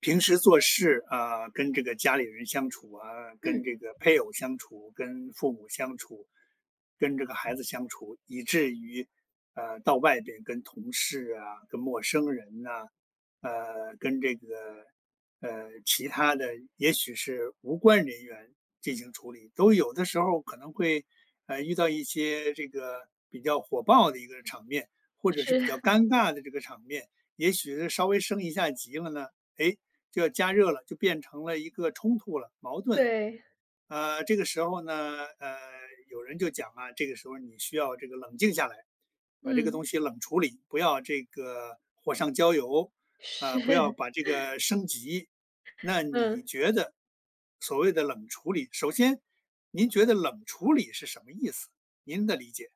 平时做事啊，跟这个家里人相处啊，跟嗯，这个配偶相处，跟父母相处，跟这个孩子相处，以至于到外边跟同事啊、跟陌生人呐、跟这个其他的，也许是无关人员进行处理，都有的时候可能会遇到一些这个比较火爆的一个场面，或者是是，比较 尴尬的这个场面，也许是稍微升一下级了呢。哎，这加热了，就变成了一个冲突了、矛盾了。对，这个时候呢，呃，有人就讲啊，这个时候你需要这个冷静下来，把这个东嗯，西冷处理，不要这个火上浇油，啊、是，不要 把这个升级。那你嗯。觉得所谓的冷处理，首先，您觉得冷处理是什么意思？您的理解？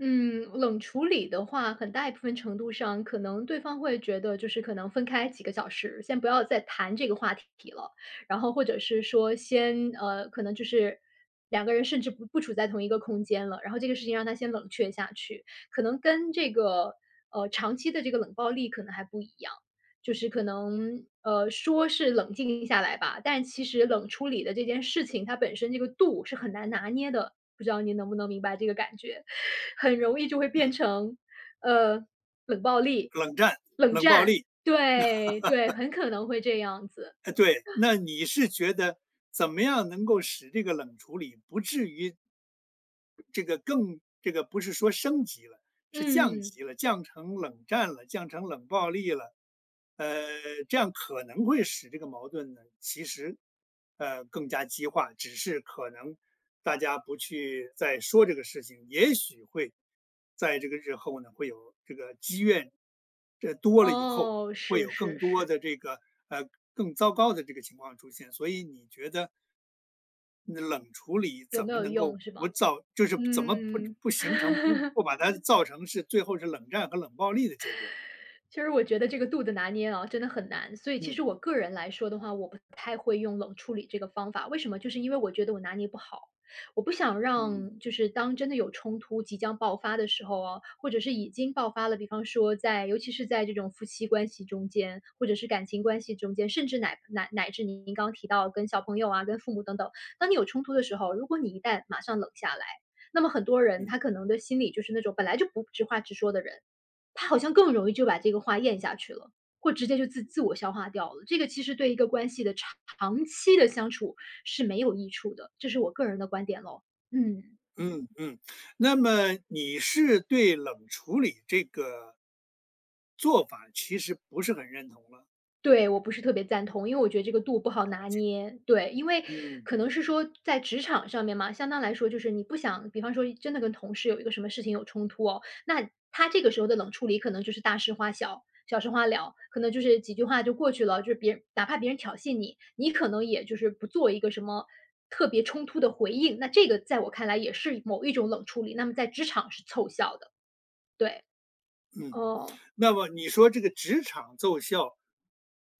嗯，冷处理的话，很大一部分程度上，可能对方会觉得就是可能分开几个小时，先不要再谈这个话题了，然后或者是说先可能就是两个人甚至不处在同一个空间了，然后这个事情让他先冷却下去，可能跟这个长期的这个冷暴力可能还不一样。就是可能，说是冷静下来吧，但其实冷处理的这件事情，它本身这个度是很难拿捏的，不知道您能不能明白这个感觉？很容易就会变嗯，成，呃，冷暴力、冷战、冷冷暴战，力，对，对，很可能会这样子。对。那你是觉得怎么样能够使这个冷处理不至于这个更这个不是说升级了，是降嗯，级了，降成冷战了，降成冷暴力了，呃，这样可能会使这个矛盾呢，其实，更加激化，只是可能大家不去再说这个事情，也许会在这个日后呢，会有这个积怨，这多了以后，哦，会是有更是多是，的这个更糟糕的这个情况出现。所以你觉得那冷处理有怎没么有能够用是不吗？造，就是怎么不嗯。不形成不 不把它造成是最后是冷战和冷暴力的结果？其实我觉得这个度的拿捏啊，真的很难。所以其嗯实我个人来说的话，我不太会用冷处理这个方法。为什么？就是因为我觉得我拿捏不好，我不想让嗯就是当真的有冲突即将爆发的时候啊，或者是已经爆发了，比方说在尤其是在这种夫妻关系中间，或者是感情关系中间，甚至乃至您刚刚提到跟小朋友啊、跟父母等等，当你有冲突的时候，如果你一旦马上冷下来，那么很多人嗯。他可能的心里就是那种本来就不直话直说的人，他好像更容易就把这个话咽下去了，或直接就自我消化掉了。这个其实对一个关系的长期的相处是没有益处的，这是我个人的观点喽。嗯。嗯嗯，那么你是对冷处理这个做法其实不是很认同了，对，我不是特别赞同，因为我觉得这个度不好拿捏。对，因为嗯可能是说在职场上面嘛，相当来说就是你不想，比方说真的跟同事有一个什么事情有冲突哦，那他这个时候的冷处理可能就是大事化小，小事化了，可能就是几句话就过去了。就是别人哪怕别人挑衅你，你可能也就是不做一个什么特别冲突的回应，那这个在我看来也是某一种冷处理，那么在职场是凑效的。对，嗯，哦，那么你说这个职场奏效，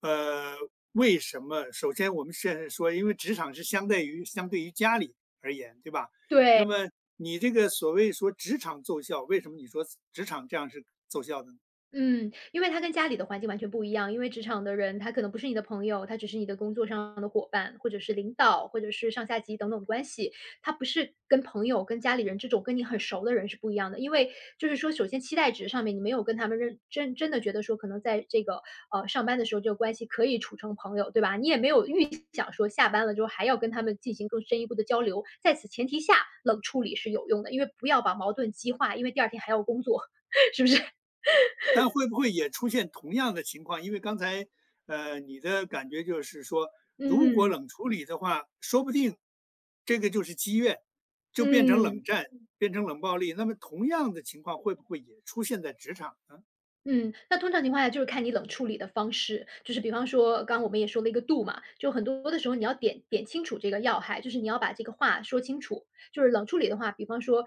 呃，为什么？首先我们现在说，因为职场是相对于家里而言，对吧？那对。么你这个所谓说职场奏效，为什么你说职场这样是奏效的呢？嗯，因为他跟家里的环境完全不一样，因为职场的人他可能不是你的朋友，他只是你的工作上的伙伴，或者是领导，或者是上下级等等关系，他不是跟朋友、跟家里人这种跟你很熟的人是不一样的。因为就是说，首先期待值上面你没有跟他们认真真的觉得说，可能在这个上班的时候这个关系可以处成朋友，对吧？你也没有预想说下班了之后还要跟他们进行更深一步的交流，在此前提下冷处理是有用的，因为不要把矛盾激化，因为第二天还要工作，是不是？但会不会也出现同样的情况？因为刚才，你的感觉就是说，如果嗯。冷处理的话，说不定这个就是积怨，就变成冷嗯，战，变成冷暴力。那么同样的情况会不会也出现在职场呢？嗯，那通常情况下就是看你冷处理的方式，就是比方说，刚刚我们也说了一个度嘛，就很多的时候你要点清楚这个要害，就是你要把这个话说清楚。就是冷处理的话，比方说，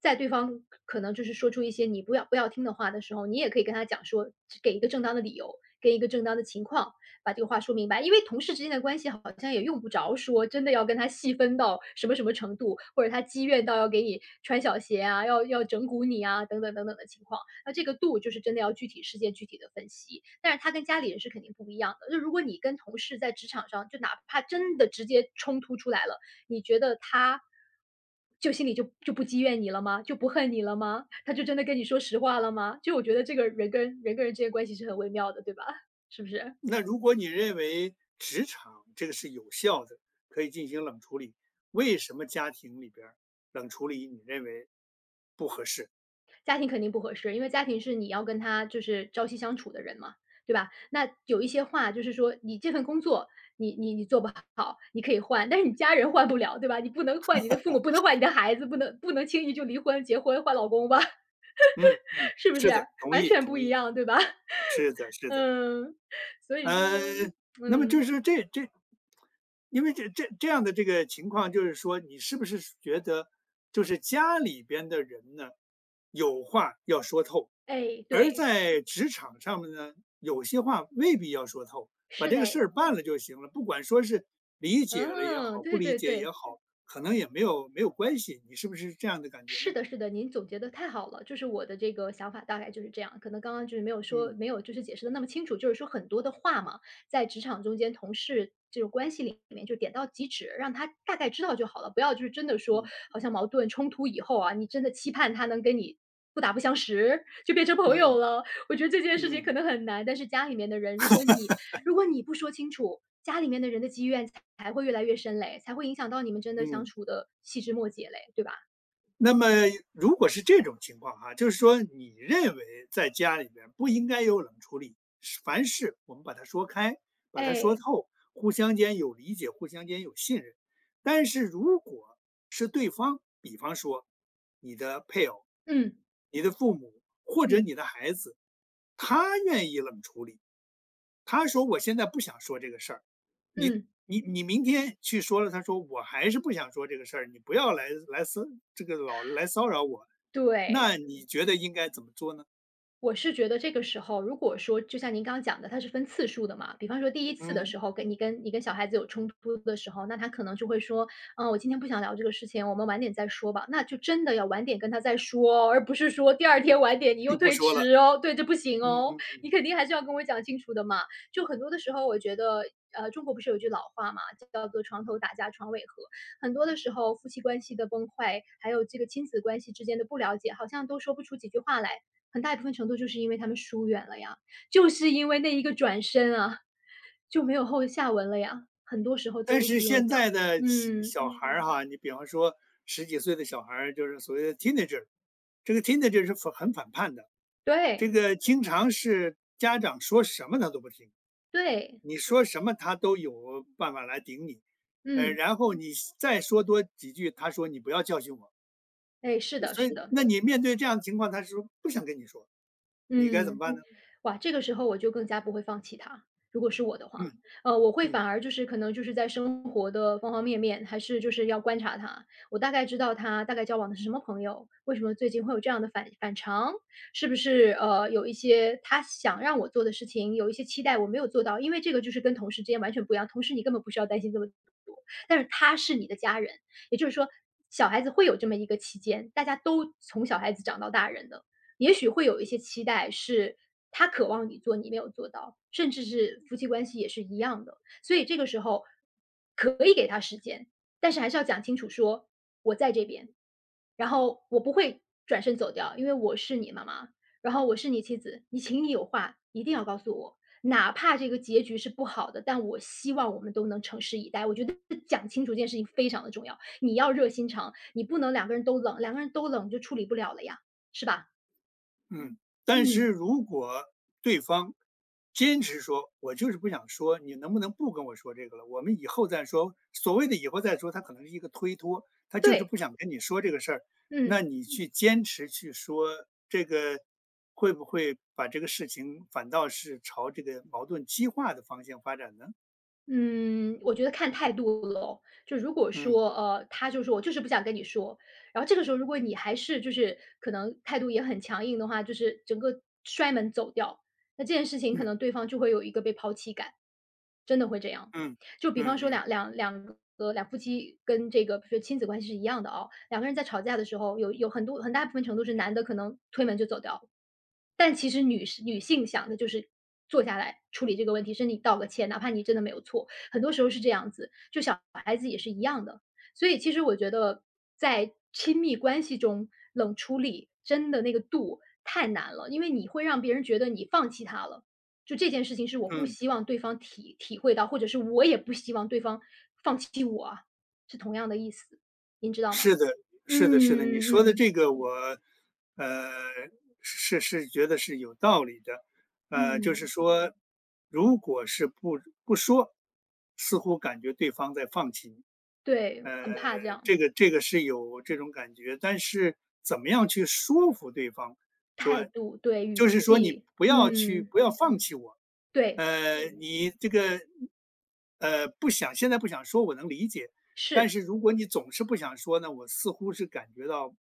在对方可能就是说出一些你不要听的话的时候，你也可以跟他讲说，给一个正当的理由，给一个正当的情况，把这个话说明白。因为同事之间的关系好像也用不着说真的要跟他细分到什么什么程度，或者他积怨到要给你穿小鞋啊，要整蛊你啊，等等等等的情况。那这个度就是真的要具体事件具体的分析，但是他跟家里人是肯定不一样的。就如果你跟同事在职场上，就哪怕真的直接冲突出来了，你觉得他就心里就不积怨你了吗？就不恨你了吗？他就真的跟你说实话了吗？就我觉得这个人跟人之间关系是很微妙的，对吧？是不是？那如果你认为职场这个是有效的，可以进行冷处理，为什么家庭里边儿冷处理你认为不合适？家庭肯定不合适，因为家庭是你要跟他就是朝夕相处的人嘛，对吧？那有一些话就是说，你这份工作你做不好，你可以换，但是你家人换不了，对吧？你不能换你的父母，不能换你的孩子，不能轻易就离婚、结婚、换老公吧，嗯，是不是？是的，同完意，全不同一意，样，对吧？是的，是的。嗯，所以呃，说，那么就嗯，是这，因为这样的这个情况，就是说你是不是觉得，就是家里边的人呢，有话要说透，哎，而对，在职场上面呢，有些话未必要说透，把是这个事嘞，儿办了就行了，不管说是理解了也嗯，好，不对理对解也对。好，可能也没有关系，你是不是这样的感觉呢？是的，是的，您总结的太好了，就是我的这个想法大概就是这样，可能刚刚就是没有说嗯没有就是解释的那么清楚，就是说很多的话嘛，在职场中间同事这种关系里面就点到即止，让他大概知道就好了，不要就是真的说嗯好像矛盾冲突以后啊，你真的期盼他能跟你不打不相识，就变成朋友嗯了，我觉得这件事情嗯可能很难，但是家里面的人，如果你不说清楚，家里面的人的积怨才会越来越深嘞，才会影响到你们真的相嗯。处的细枝末节嘞，对吧？那么如果是这种情况哈，就是说你认为在家里边不应该有冷处理，是凡事我们把它说开，把它说哎。透，互相间有理解，互相间有信任。但是如果是对方，比方说你的配偶、嗯，你的父母或者嗯，你的孩子，他愿意冷处理，他说我现在不想说这个事儿，你嗯，你明天去说了，他说我还是不想说这个事儿，你不要来这个老来骚扰我，对。那你觉得应该怎么做呢？我是觉得这个时候，如果说就像您刚刚讲的，它是分次数的嘛，比方说第一次的嗯，时候，跟你跟小孩子有冲突的时候，那他可能就会说，嗯，我今天不想聊这个事情，我们晚点再说吧。那就真的要晚点跟他再说哦而不是说第二天晚点你又就不推说了，迟哦，对，这不行嗯哦，嗯。你肯定还是要跟我讲清楚的嘛。就很多的时候，我觉得。中国不是有句老话嘛，叫做"床头打架床尾和"。很多的时候，夫妻关系的崩坏，还有这个亲子关系之间的不了解，好像都说不出几句话来。很大一部分程度就是因为他们疏远了呀，就是因为那一个转身啊，就没有后下文了呀，很多时候但都是是因为现这样。在的小嗯，小孩儿哈，你比方说十几岁的小孩儿，就是所谓的 teenager，这个 teenager 是很反叛的，对，这个经常是家长说什么他都不听，对，你说什么他都有办法来顶你，嗯，然后你再说多几句，他说你不要教训我。哎，是的，所以是的，那你面对这样的情况，他是说不想跟你说，你该怎么嗯。办呢？哇，这个时候我就更加不会放弃他。如果是我的嗯话。嗯我会嗯反而就是可能就是在生活的方方面面，还是就是要观察他，我大概知道他大概交往的是什么朋友，为什么最近会有这样的反常，是不是有一些他想让我做的事情，有一些期待我没有做到，因为这个就是跟同事之间完全不一样，同事你根本不需要担心这么多，但是他是你的家人，也就是说小孩子会有这么一个期间，大家都从小孩子长到大人的。也许会有一些期待是他渴望你做，你没有做到，甚至是夫妻关系也是一样的。所以这个时候可以给他时间，但是还是要讲清楚说，我在这边，然后我不会转身走掉，因为我是你妈妈，然后我是你妻子，你请你有话一定要告诉我。哪怕这个结局是不好的，但我希望我们都能诚实以待。我觉得讲清楚这件事情非常的重要，你要热心肠，你不能两个人都冷，两个人都冷就处理不了了呀，是吧？嗯。但是嗯，如果对方坚持说：“我就是不想说，你能不能不跟我说这个了，我们以后再说。”所谓的以后再说，他可能是一个推脱，他就是对，不想跟你说这个事儿，那嗯，你去坚持去说，这个会不会把这个事情反倒是朝这个矛盾激化的方向发展呢？嗯，我觉得看态度咯。就如果嗯说，他就说我就是不想跟你说，然后这个时候如果你还是就是可能态度也很强硬的话，就是整个摔门走掉。那这件事情可嗯能对方就会有一个被抛弃感，真的会这样。嗯就比嗯方嗯说嗯两夫妻跟这个比如说亲子关系是一样的哦，两个人在吵架的时候，有很多很大部分程度是男的可能推门就走掉了，但其实女性想的就是坐下来处理这个问题，甚至你道个歉，哪怕你真的没有错，很多时候是这样子，就小孩子也是一样的。所以其实我觉得在亲密关系中，冷处理真的那个度太难了，因为你会让别人觉得你放弃他了。就这件事情是我不嗯。希望对方体会到，或者是我也不希望对方放弃我啊是同样的意思，您知道吗？是的，是嗯，的，是的，你嗯，说的嗯，这个我，呃，是觉得是有道理的，就是嗯，说，如果是不说，似乎感觉对方在放弃你。对，呃，很怕这样。这个是有这种感觉，但是怎么样去说服对方，态说度，对，语就是说你气，嗯，不要放弃我，对，你这个不想现在不想说，我能理解，但是，是如果你总是不想说呢，我似乎是感觉到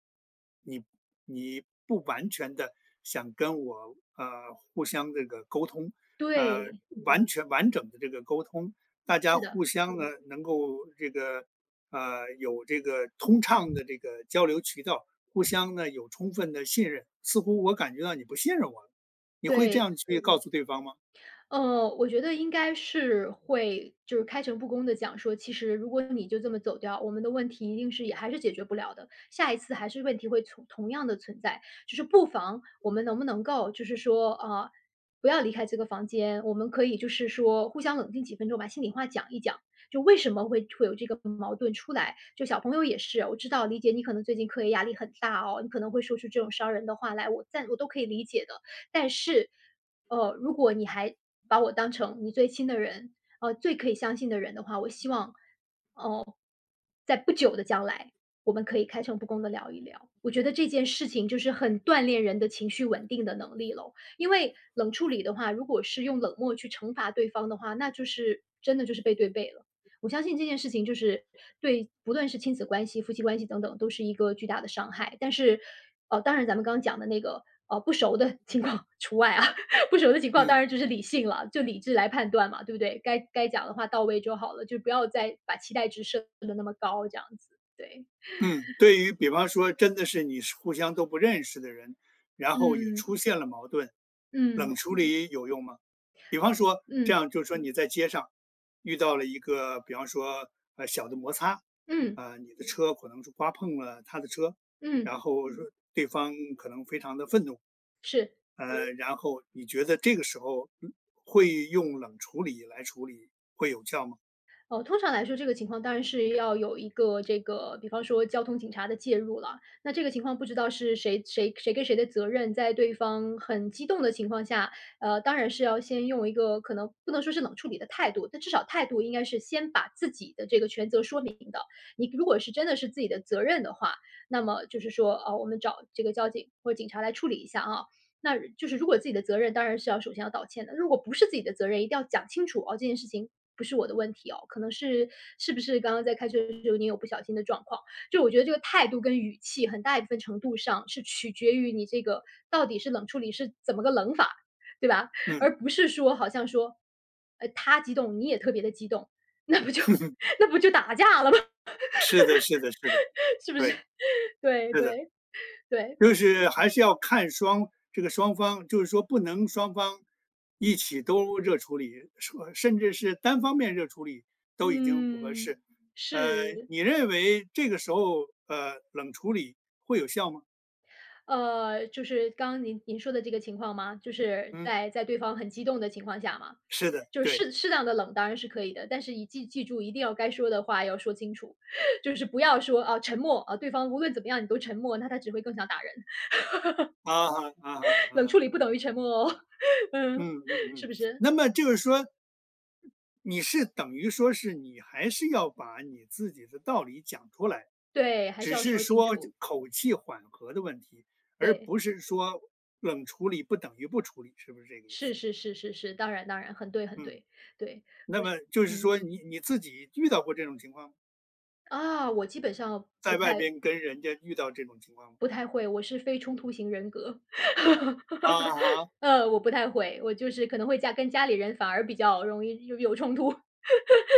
你你不完全的想跟我互相这个沟通，呃，对，完整的这个沟通。大家是的，互相呢能够这个有这个通畅的这个交流渠道，互相呢有充分的信任。似乎我感觉到你不信任我了，你会这对。样去告诉对方吗？我觉得应该是会就是开诚布公的讲说，其实如果你就这么走掉，我们的问题一定是也还是解决不了的，下一次还是问题会同样的存在。就是不妨我们能不能够就是说，不要离开这个房间，我们可以就是说互相冷静几分钟，把心里话讲一讲，就为什么会有这个矛盾出来。就小朋友也是，我知道理解你可能最近课业压力很大哦，你可能会说出这种伤人的话来，我都可以理解的。但是如果你还把我当成你最亲的人，最可以相信的人的话，我希望在不久的将来，我们可以开诚布公的聊一聊。我觉得这件事情就是很锻炼人的情绪稳定的能力了。因为冷处理的话，如果是用冷漠去惩罚对方的话，那就是真的就是背对背了。我相信这件事情就是对不论是亲子关系、夫妻关系等等，都是一个巨大的伤害。但是，当然咱们刚刚讲的那个，不熟的 情况除外啊。不熟的情况嗯当然就是理性了，就理智来判断嘛，对不对？该讲的话到位就好了，就不要再把期待值设的那么高，这样子。对，嗯，对于比方说真的是你是互相都不认识的人，然后也嗯，出现了矛盾，嗯，冷处理有用吗？比方说这嗯，样，就是说你在街上遇到了一个，比方说小的摩擦，嗯，啊、你的车可能是刮碰了他的车，嗯，然后说对方可能非常的愤怒。是。然后你觉得这个时候会用冷处理来处理会有效吗？通常来说，这个情况当然是要有一个这个，比方说交通警察的介入了。那这个情况不知道是谁跟谁的责任，在对方很激动的情况下，当然是要先用一个可能不能说是冷处理的态度，但至少态度应该是先把自己的这个全责说明的。你如果是真的是自己的责任的话，那么就是说，我们找这个交警或者警察来处理一下啊。那就是如果自己的责任，当然是要首先要道歉的。如果不是自己的责任，一定要讲清楚哦，这件事情不是我的问题哦，可能是是不是刚刚在开车的时候你有不小心的状况。就我觉得这个态度跟语气很大一部分程度上是取决于你这个到底是冷处理是怎么个冷法，对吧？嗯，而不是说好像说，他激动你也特别的激动，那不就 那不就打架了吗？是的，是的，是的，是不是？对，对，是的，对，对，就是还是要看双这个双方，就是说不能双方一起都热处理，说甚至是单方面热处理都已经不合嗯，适。呃，是。你认为这个时候冷处理会有效吗？就是刚刚您说的这个情况吗？就是嗯，在对方很激动的情况下吗？是的，就是对，适当的冷当然是可以的，但是记住一定要该说的话要说清楚，就是不要说，啊，沉默，啊，对方无论怎么样你都沉默，那他只会更想打人，啊哈啊哈 啊冷哈。处理不等于沉默哦，嗯，嗯嗯嗯，是不是？那么就是说，你是等于说是你还是要把你自己的道理讲出来，对，还是只要是说清说这楚，口气缓和的问题，而对，不是说冷处理不等于不处理，是不是这个意思？是是是是是，当然当然，很对很嗯，对，对，那不是，么就是嗯，说你自己遇到过这种情况吗，啊，我基本上在外边跟人家遇到这种情况吗？不太会，我是非冲突型人格。啊 哈，我不太会，我就是可能会跟家里人反而比较容易有冲突。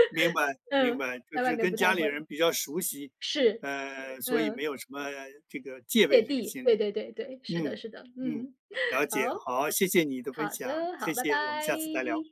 明白明嗯，白，就在外是面跟不家太里会。人比较熟悉，是，所以没嗯，有什么这个戒芥备这个蒂，心理。对对对对，是的嗯，是的，嗯，嗯，了解，好，好，谢谢你的分好享，的，好，谢拜谢，我们拜。下次再聊。